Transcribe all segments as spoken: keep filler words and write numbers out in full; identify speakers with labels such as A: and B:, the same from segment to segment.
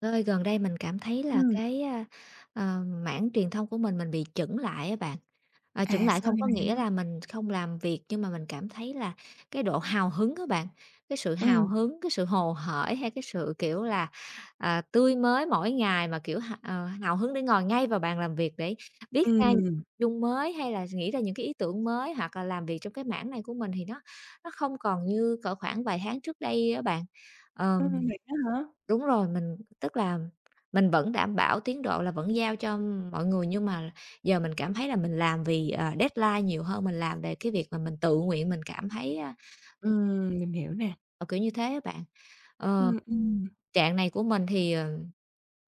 A: Ơi, gần đây mình cảm thấy là
B: Ừm,
A: cái, a, ờ, mảng truyền thông của mình mình bị chững lại á bạn. À, chững
B: à,
A: lại
B: sao
A: không
B: vậy
A: có nghĩa
B: bạn?
A: là mình không làm việc, nhưng mà mình cảm thấy là cái độ hào hứng các bạn, cái sự hào
B: Ừm,
A: hứng, cái sự hồ hởi hay cái sự, kiểu là, à, tươi mới mỗi ngày mà, kiểu, h ờ, hào hứng để ngồi ngay vào bàn làm việc để viết ra những
B: ừm,
A: nội dung mới hay là nghĩ ra những cái ý tưởng mới hoặc là làm việc trong cái mảng này của mình thì nó nó không còn như cỡ khoảng vài tháng trước đây á bạn. Ờ.
B: ừm, vậy đó hả?
A: Đúng rồi, mình tức là mình vẫn đảm bảo tiến độ là vẫn giao cho mọi người, nhưng mà giờ mình cảm thấy là mình làm vì, ờ, deadline nhiều hơn mình làm về cái việc mà mình tự nguyện, mình cảm thấy,
B: Ừm, mình hiểu nè.
A: ờ, kiểu như thế á bạn. Ờ,
B: Ừm, ừm.
A: trạng này của mình thì, ờ,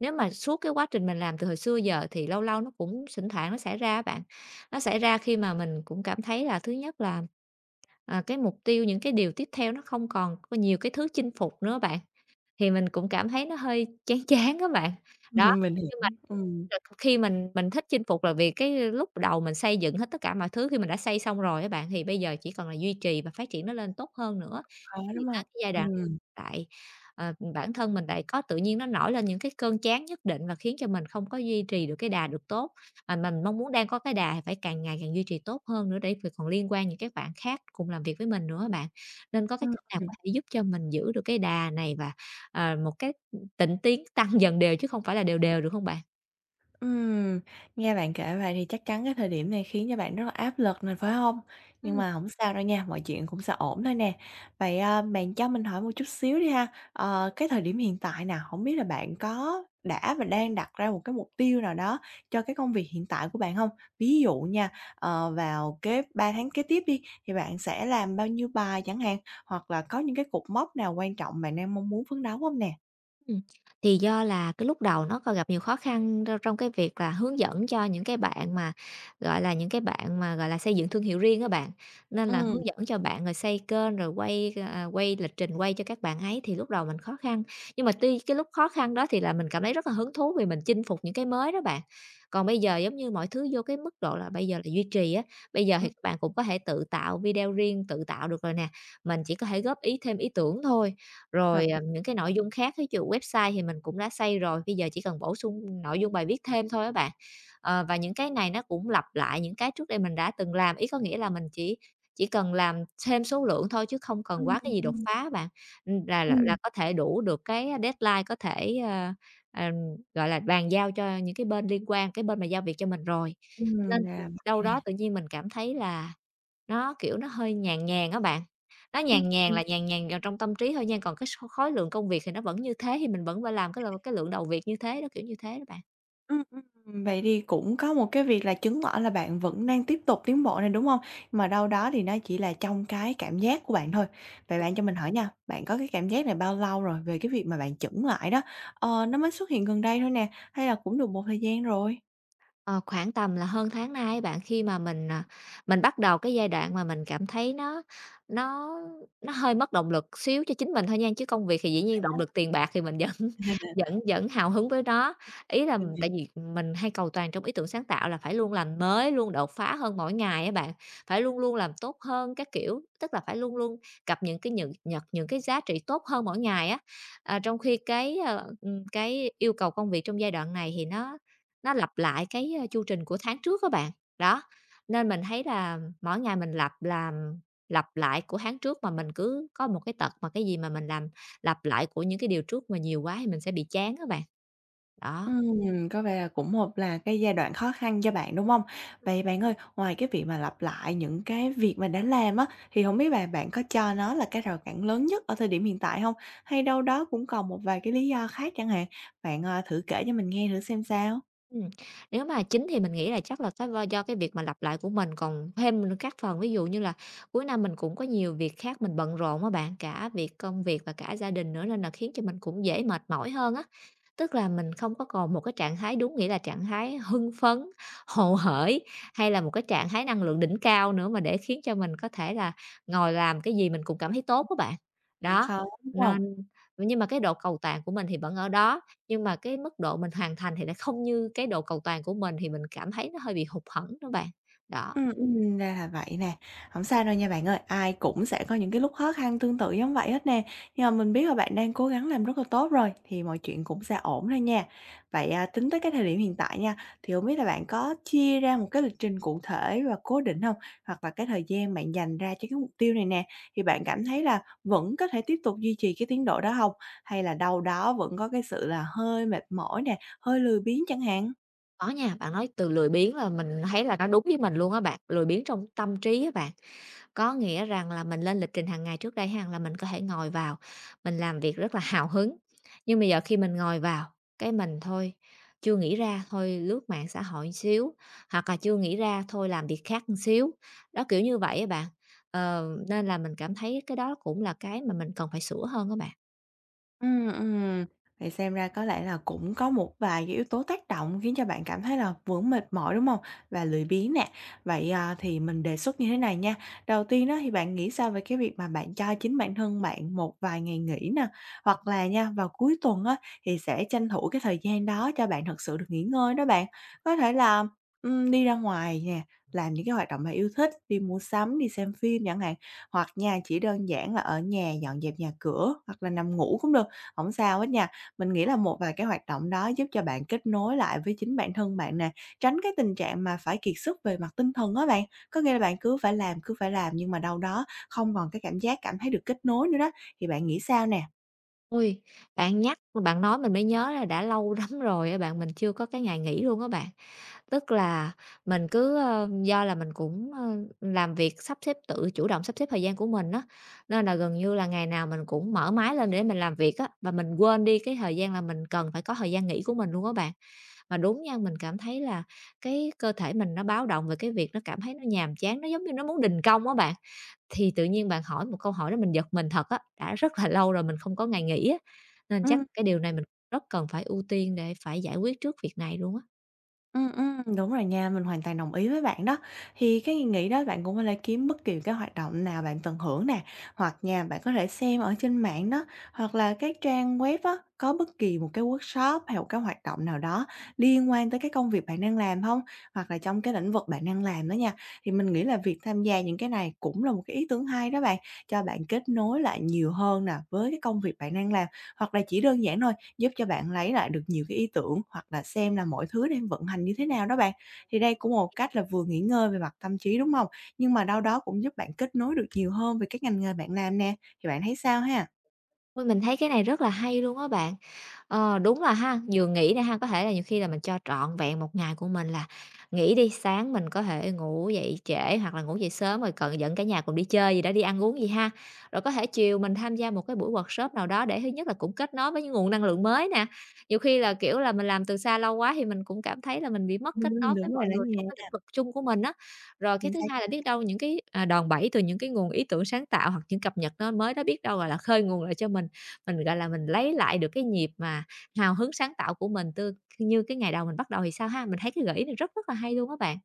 A: nếu mà suốt cái quá trình mình làm từ hồi xưa giờ thì lâu lâu nó cũng thỉnh thoảng nó xảy ra á bạn. Nó xảy ra khi mà mình cũng cảm thấy là thứ nhất là, à, cái mục tiêu, những cái điều tiếp theo nó không còn có nhiều cái thứ chinh phục nữa bạn. Thì mình cũng cảm thấy nó hơi chán chán á bạn.
B: Ừm.
A: Đó,
B: Mình hiểu,
A: nhưng mà
B: ừm,
A: là khi mình mình thích chinh phục là vì cái lúc đầu mình xây dựng hết tất cả mọi thứ, khi mình đã xây xong rồi các bạn, thì bây giờ chỉ còn là duy trì và phát triển nó lên tốt hơn nữa.
B: khó,
A: Thì
B: đúng hông?
A: tới cái giai đoạn
B: Ừm,
A: tại, ờ, bản thân mình lại có tự nhiên nó nổi lên những cái cơn chán nhất định và khiến cho mình không có duy trì được cái đà được tốt. Mà mình mong muốn đang có cái đà thì phải càng ngày càng duy trì tốt hơn nữa để việc còn liên quan những các bạn khác cùng làm việc với mình nữa á bạn. Nên có cái cách nào
B: ừm.
A: có thể giúp cho mình giữ được cái đà này và à, một cái, ừm, tịnh tiến tăng dần đều chứ không phải là đều đều, được không bạn?
B: Ừm, nghe bạn kể vậy thì chắc chắn cái thời điểm này khiến cho bạn rất là áp lực này phải không? Nhưng
A: Ừm,
B: mà không sao đâu nha, mọi chuyện cũng sẽ ổn thôi nè. Vậy, à, bạn cho mình hỏi một chút xíu đi ha, ờ, cái thời điểm hiện tại nào, không biết là bạn có đã và đang đặt ra một cái mục tiêu nào đó cho cái công việc hiện tại của bạn không? Ví dụ nha, ờ, vào cái ba tháng kế tiếp đi, thì bạn sẽ làm bao nhiêu bài chẳng hạn, hoặc là có những cái cột mốc nào quan trọng bạn đang mong muốn phấn đấu không nè?
A: Ừm, thì do là cái lúc đầu nó còn gặp nhiều khó khăn trong trong cái việc là hướng dẫn cho những cái bạn mà, gọi là, những cái bạn mà, gọi là, xây dựng thương hiệu riêng các bạn, nên là
B: ừ,
A: hướng dẫn cho bạn rồi xây kênh, rồi quay, à, quay lịch trình quay cho các bạn ấy thì lúc đầu mình khó khăn. Nhưng mà tuy cái lúc khó khăn đó thì là mình cảm thấy rất là hứng thú vì mình chinh phục những cái mới đó bạn. Còn bây giờ giống như mọi thứ vô cái mức độ là bây giờ là duy trì á, bây giờ
B: ừm,
A: thì các bạn cũng có thể tự tạo video riêng, tự tạo được rồi nè, mình chỉ có thể góp ý thêm ý tưởng thôi. Rồi,
B: hợp lý.
A: ờ, những cái nội dung khác thí dụ website thì mình cũng đã xây rồi, bây giờ chỉ cần bổ sung nội dung bài viết thêm thôi các bạn. Ờ, và những cái này nó cũng lặp lại những cái trước đây mình đã từng làm, ý có nghĩa là mình chỉ chỉ cần làm thêm số lượng thôi chứ không cần
B: Ừm,
A: quá cái gì đột
B: ừm,
A: phá bạn, ừm, là là
B: ừm.
A: là có thể đủ được cái deadline, có thể, ờ, ờ, gọi là, bàn giao cho những cái bên liên quan, cái bên mà giao việc cho mình rồi.
B: Ừm, ra
A: Nên
B: là
A: đâu
B: vậy
A: đó
B: nè.
A: tự nhiên mình cảm thấy là nó, kiểu, nó hơi nhàn nhàn á bạn, nó
B: Ừm,
A: nhàn nhàn
B: ừm,
A: là nhàn nhàn vào trong tâm trí thôi nha, còn cái số khối lượng công việc thì nó vẫn như thế, thì mình vẫn phải làm cái l cái lượng đầu việc như thế đó, kiểu như thế đó bạn.
B: ừm, ừm. vậy thì cũng có một cái việc là chứng tỏ là bạn vẫn đang tiếp tục tiến bộ này, đúng hông? Mà đâu đó thì nó chỉ là trong cái cảm giác của bạn thôi. Vậy bạn cho mình hỏi nha, bạn có cái cảm giác này bao lâu rồi về cái việc mà bạn chững lại đó? Ờ, nó mới xuất hiện gần đây thôi nè, hay là cũng được một thời gian rồi?
A: Ờ, khoảng tầm là hơn tháng nay á bạn, khi mà mình, à, mình bắt đầu cái giai đoạn mà mình cảm thấy nó nó nó hơi mất động lực xíu cho chính mình thôi nha, chứ công việc thì dĩ nhiên động lực tiền bạc thì mình vẫn vẫn vẫn hào hứng với nó. Ý là tại vì mình hay cầu toàn trong ý tưởng sáng tạo là phải luôn làm mới, luôn đột phá hơn mỗi ngày ấy bạn, phải luôn luôn làm tốt hơn các kiểu, tức là phải luôn luôn cập những cái những nhật những cái giá trị tốt hơn mỗi ngày á. À, trong khi cái, ờ, ừm, cái yêu cầu công việc trong giai đoạn này thì nó nó lặp lại cái, ơ, chu trình của tháng trước các bạn. Đó, nên mình thấy là mỗi ngày mình lặp làm lặp lại của tháng trước mà mình cứ có một cái tật mà cái gì mà mình làm lặp lại của những cái điều trước mà nhiều quá thì mình sẽ bị chán các bạn. Đó.
B: Ừm, có vẻ là cũng một là cái giai đoạn khó khăn cho bạn, đúng không? Vậy bạn ơi, ngoài cái việc mà lặp lại những cái việc mà đã làm á, thì không biết là bạn có cho nó là cái rào cản lớn nhất ở thời điểm hiện tại không? Hay đâu đó cũng còn một vài cái lý do khác chẳng hạn? Bạn, ờ, thử kể cho mình nghe thử xem sao?
A: Ừm, nếu mà chính thì mình nghĩ là chắc là cái v do cái việc mà lặp lại của mình, còn thêm các phần ví dụ như là cuối năm mình cũng có nhiều việc khác mình bận rộn á bạn, cả việc công việc và cả gia đình nữa nên là khiến cho mình cũng dễ mệt mỏi hơn á. Tức là mình không có còn một cái trạng thái đúng nghĩa là trạng thái hưng phấn, hồ hởi hay là một cái trạng thái năng lượng đỉnh cao nữa mà để khiến cho mình có thể là ngồi làm cái gì mình cũng cảm thấy tốt các bạn.
B: Cũng
A: Đó,
B: khó, đúng
A: nên
B: không?
A: nhưng mà cái độ cầu toàn của mình thì vẫn ở đó. Nhưng mà cái mức độ mình hoàn thành thì lại không như cái độ cầu toàn của mình thì mình cảm thấy nó hơi bị hụt hẫng đó bạn. Đó,
B: Ừm, ừm, ra là vậy nè. Hổng sao đâu nha bạn ơi, ai cũng sẽ có những cái lúc khó khăn tương tự giống vậy hết nè. Nhưng mà mình biết là bạn đang cố gắng làm rất là tốt rồi, thì mọi chuyện cũng sẽ ổn thôi nha. Vậy, à, tính tới cái thời điểm hiện tại nha, thì hổng biết là bạn có chia ra một cái lịch trình cụ thể và cố định hông? Hoặc là cái thời gian bạn dành ra cho cái mục tiêu này nè, thì bạn cảm thấy là vẫn có thể tiếp tục duy trì cái tiến độ đó hông? Hay là đâu đó vẫn có cái sự là hơi mệt mỏi nè, hơi lười biếng chẳng hạn?
A: có nha, bạn nói từ lười biếng là mình thấy là nó đúng với mình luôn á bạn, lười biếng trong tâm trí á bạn. Có nghĩa rằng là mình lên lịch trình hàng ngày trước đây ha, là mình có thể ngồi vào, mình làm việc rất là hào hứng, nhưng bây giờ khi mình ngồi vào, cái mình thôi chưa nghĩ ra, thôi lướt mạng xã hội một xíu, hoặc là chưa nghĩ ra, thôi làm việc khác một xíu. Đó, kiểu như vậy á bạn. Ờ, nên là mình cảm thấy cái đó cũng là cái mà mình cần phải sửa hơn các bạn.
B: Ừm, ừm. Vậy xem ra có lẽ là cũng có một vài cái yếu tố tác động khiến cho bạn cảm thấy là vẫn mệt mỏi, đúng không? Và lười biếng nè. Vậy, à, thì mình đề xuất như thế này nha. Đầu tiên đó thì bạn nghĩ sao về cái việc mà bạn cho chính bản thân bạn một vài ngày nghỉ nè? Hoặc là nha, vào cuối tuần á thì sẽ tranh thủ cái thời gian đó cho bạn thật sự được nghỉ ngơi đó bạn. Có thể là, ừm, đi ra ngoài nè, làm những cái hoạt động bạn yêu thích, đi mua sắm, đi xem phim chẳng hạn. Hoặc nha, chỉ đơn giản là ở nhà dọn dẹp nhà cửa hoặc là nằm ngủ cũng được. Hổng sao hết nha. Mình nghĩ là một vài cái hoạt động đó giúp cho bạn kết nối lại với chính bản thân bạn nè, tránh cái tình trạng mà phải kiệt sức về mặt tinh thần á bạn. Có nghĩa là bạn cứ phải làm, cứ phải làm nhưng mà đâu đó không còn cái cảm giác cảm thấy được kết nối nữa đó. Thì bạn nghĩ sao nè?
A: Ui, bạn nhắc, bạn nói mình mới nhớ là đã lâu lắm rồi á bạn, mình chưa có cái ngày nghỉ luôn á bạn. Tức là mình cứ, ơ do là mình cũng, ơ, làm việc sắp xếp tự chủ động sắp xếp thời gian của mình á, nên là gần như là ngày nào mình cũng mở máy lên để mình làm việc á, và mình quên đi cái thời gian là mình cần phải có thời gian nghỉ của mình luôn á bạn. Mà đúng nha, mình cảm thấy là cái cơ thể mình nó báo động về cái việc nó cảm thấy nó nhàm chán, nó giống như nó muốn đình công á bạn. Thì tự nhiên bạn hỏi một câu hỏi đó mình giật mình thật á, đã rất là lâu rồi mình không có ngày nghỉ á, nên chắc
B: Ừm.
A: cái điều này mình rất cần phải ưu tiên để phải giải quyết trước việc này luôn á.
B: Ừm, ừm, đúng rồi nha, mình hoàn toàn đồng ý với bạn đó. Thì cái nghĩ đó bạn cũng có thể kiếm bất kỳ cái hoạt động nào bạn tận hưởng nè, hoặc nha, bạn có thể xem ở trên mạng đó, hoặc là các trang web á, có bất kỳ một cái workshop hay một cái hoạt động nào đó liên quan tới cái công việc bạn đang làm không? Hoặc là trong cái lĩnh vực bạn đang làm đó nha. Thì mình nghĩ là việc tham gia những cái này cũng là một cái ý tưởng hay đó bạn, cho bạn kết nối lại nhiều hơn nè với cái công việc bạn đang làm. Hoặc là chỉ đơn giản thôi, giúp cho bạn lấy lại được nhiều cái ý tưởng hoặc là xem là mọi thứ đang vận hành như thế nào đó bạn. Thì đây cũng một cách là vừa nghỉ ngơi về mặt tâm trí, đúng không? Nhưng mà đâu đó cũng giúp bạn kết nối được nhiều hơn về các ngành nghề bạn làm nè, thì bạn thấy sao ha?
A: Ôi, mình thấy cái này rất là hay luôn á bạn. Ờ, đúng là ha, vừa nghĩ nè ha, có thể là nhiều khi là mình cho trọn vẹn một ngày của mình là nghỉ đi, sáng mình có thể ngủ dậy trễ hoặc là ngủ dậy sớm rồi cần dẫn cả nhà cùng đi chơi gì đó, đi ăn uống gì ha. Rồi có thể chiều mình tham gia một cái buổi workshop nào đó để thứ nhất là cũng kết nối với những nguồn năng lượng mới nè. Nhiều khi là, kiểu là, mình làm từ xa lâu quá thì mình cũng cảm thấy là mình bị mất kết
B: Ừm,
A: nối với
B: đúng rồi
A: mọi
B: đó
A: người
B: nha,
A: trong cái lĩnh vực chung của mình á. Rồi cái
B: chính.
A: thứ hai là biết đâu những cái, à, đòn bẩy từ những cái nguồn ý tưởng sáng tạo hoặc những cập nhật nó mới đó biết đâu, gọi là, khơi nguồn lại cho mình mình, gọi là, mình lấy lại được cái nhịp mà hào hứng sáng tạo của mình tư như cái ngày đầu mình bắt đầu thì sao ha? Mình thấy cái gợi ý này rất rất là hay luôn á bạn.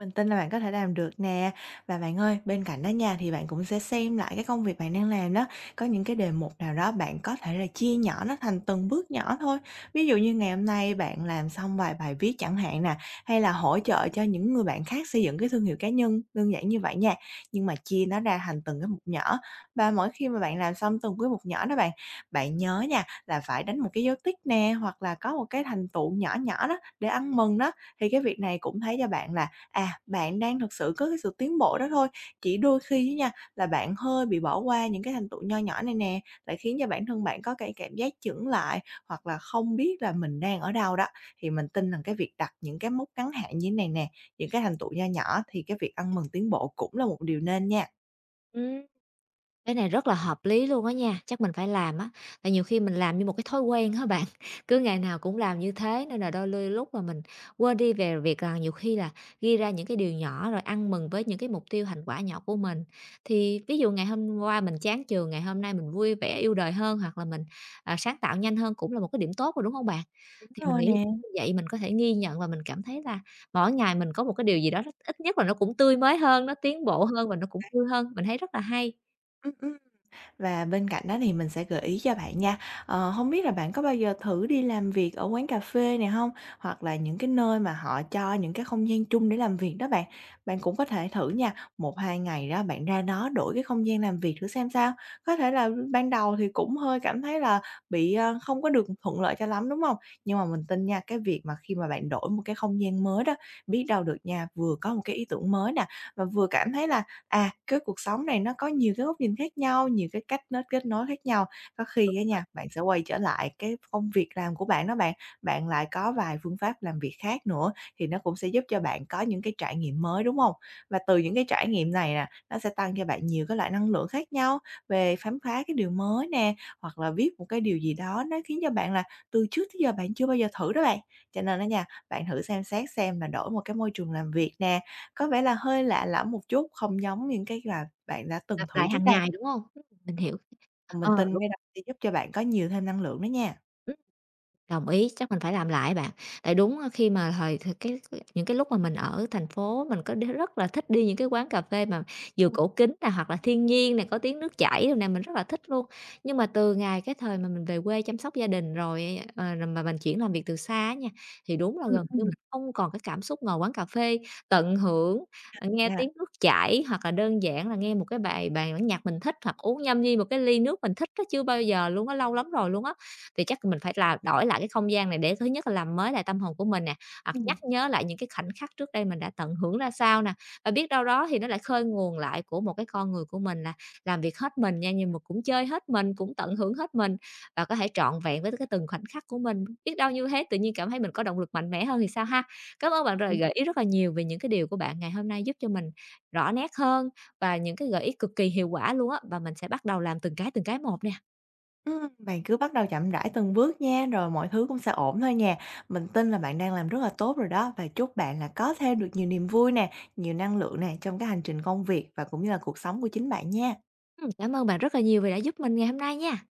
B: Mình tin là bạn có thể làm được nè. Và bạn ơi, bên cạnh đó nha, thì bạn cũng sẽ xem lại cái công việc bạn đang làm đó, có những cái đề mục nào đó bạn có thể là chia nhỏ nó thành từng bước nhỏ thôi. Ví dụ như ngày hôm nay bạn làm xong vài bài viết chẳng hạn nè, hay là hỗ trợ cho những người bạn khác xây dựng cái thương hiệu cá nhân, đơn giản như vậy nha. Nhưng mà chia nó ra thành từng cái mục nhỏ và mỗi khi mà bạn làm xong từng cái mục nhỏ đó bạn, bạn nhớ nha là phải đánh một cái dấu tích nè, hoặc là có một cái thành tựu nhỏ nhỏ đó để ăn mừng đó. Thì cái việc này cũng thấy cho bạn là à, bạn đang thực sự có cái sự tiến bộ đó thôi, chỉ đôi khi á nha, là bạn hơi bị bỏ qua những cái thành tựu nho nhỏ này nè, lại khiến cho bản thân bạn có cái cảm giác chững lại, hoặc là không biết là mình đang ở đâu đó. Thì mình tin rằng cái việc đặt những cái mốc ngắn hạn như thế này nè, những cái thành tựu nho nhỏ thì cái việc ăn mừng tiến bộ cũng là một điều nên nha.
A: Ừm. Cái này rất là hợp lý luôn á nha, chắc mình phải làm á, tại nhiều khi mình làm như một cái thói quen á bạn, cứ ngày nào cũng làm như thế nên là đôi lôi lúc mà mình quên đi về việc là nhiều khi là ghi ra những cái điều nhỏ rồi ăn mừng với những cái mục tiêu thành quả nhỏ của mình. Thì ví dụ ngày hôm qua mình chán trường, ngày hôm nay mình vui vẻ yêu đời hơn hoặc là mình, à, sáng tạo nhanh hơn cũng là một cái điểm tốt rồi, đúng không bạn?
B: Đúng
A: Thì mình
B: rồi
A: nghĩ
B: nè.
A: như vậy mình có thể ghi nhận và mình cảm thấy là mỗi ngày mình có một cái điều gì đó ít nhất là nó cũng tươi mới hơn, nó tiến bộ hơn và nó cũng vui hơn, mình thấy rất là hay,
B: Ừm, ừm. Và bên cạnh đó thì mình sẽ gợi ý cho bạn nha. Ờ, hông biết là bạn có bao giờ thử đi làm việc ở quán cà phê này không? Hoặc là những cái nơi mà họ cho những cái không gian chung để làm việc đó bạn. Bạn cũng có thể thử nha, một hai ngày đó bạn ra đó đổi cái không gian làm việc thử xem sao. Có thể là ban đầu thì cũng hơi cảm thấy là bị, ơ, không có được thuận lợi cho lắm, đúng không? Nhưng mà mình tin nha, cái việc mà khi mà bạn đổi một cái không gian mới đó, biết đâu được nha, vừa có một cái ý tưởng mới nè, và vừa cảm thấy là à, cái cuộc sống này nó có nhiều cái góc nhìn khác nhau, nhiều cái cách nó kết nối khác nhau. Có khi á nha, bạn sẽ quay trở lại cái công việc làm của bạn đó bạn, bạn lại có vài phương pháp làm việc khác nữa thì nó cũng sẽ giúp cho bạn có những cái trải nghiệm mới, đúng không? Và từ những cái trải nghiệm này nè, nó sẽ tăng cho bạn nhiều cái loại năng lượng khác nhau về khám phá cái điều mới nè, hoặc là viết một cái điều gì đó nó khiến cho bạn là từ trước tới giờ bạn chưa bao giờ thử đó bạn. Cho nên á nha, bạn thử xem xét xem là đổi một cái môi trường làm việc nè, có vẻ là hơi lạ lẫm một chút, không giống những cái mà bạn đã từng
A: lặp
B: thử
A: lại
B: trước
A: hàng
B: đây.
A: ngày, đúng hông? Ừm, mình
B: Ừm.
A: hiểu.
B: Và mình
A: Ờ,
B: tin
A: đúng.
B: cái đó sẽ giúp cho bạn có nhiều thêm năng lượng đó nha.
A: Đồng ý, chắc mình phải làm lại bạn. Tại đúng ờ, khi mà thời thời cái cái những cái lúc mà mình ở thành phố mình có đi rất là thích đi những cái quán cà phê mà vừa
B: Ừm,
A: cổ kính nè, hoặc là thiên nhiên nè, có tiếng nước chảy đồ nè, mình rất là thích luôn. Nhưng mà từ ngày cái thời mà mình về quê chăm sóc gia đình rồi, ờ, rồi mà mình chuyển làm việc từ xa á nha, thì đúng là
B: ừm,
A: gần như mình
B: ừm.
A: không còn cái cảm xúc ngồi quán cà phê, tận hưởng, ờ, nghe
B: À.
A: tiếng nước chảy, hoặc là đơn giản là nghe một cái bài bài bản nhạc mình thích, hoặc uống nhâm nhi một cái ly nước mình thích á, chưa bao giờ luôn á, lâu lắm rồi luôn á, thì chắc mình phải là đổi lại cái không gian này để thứ nhất là làm mới lại tâm hồn của mình nè, hoặc
B: Ừm.
A: nhắc nhớ lại những cái khoảnh khắc trước đây mình đã tận hưởng ra sao nè. Và biết đâu đó thì nó lại khơi nguồn lại của một cái con người của mình là làm việc hết mình nha, nhưng mà cũng chơi hết mình, cũng tận hưởng hết mình và có thể trọn vẹn với cái từng khoảnh khắc của mình. Biết đâu như thế tự nhiên cảm thấy mình có động lực mạnh mẽ hơn thì sao ha? Cảm ơn bạn rồi
B: Ừm,
A: gợi ý rất là nhiều về những cái điều của bạn ngày hôm nay giúp cho mình rõ nét hơn và những cái gợi ý cực kỳ hiệu quả luôn á, và mình sẽ bắt đầu làm từng cái, từng cái một nè.
B: ừm, bạn cứ bắt đầu chậm rãi từng bước nha, rồi mọi thứ cũng sẽ ổn thôi nè. Mình tin là bạn đang làm rất là tốt rồi đó và chúc bạn là có thêm được nhiều niềm vui nè, nhiều năng lượng nè trong cái hành trình công việc và cũng như là cuộc sống của chính bạn nha.
A: Ừm, cảm ơn bạn rất là nhiều vì đã giúp mình ngày hôm nay nha.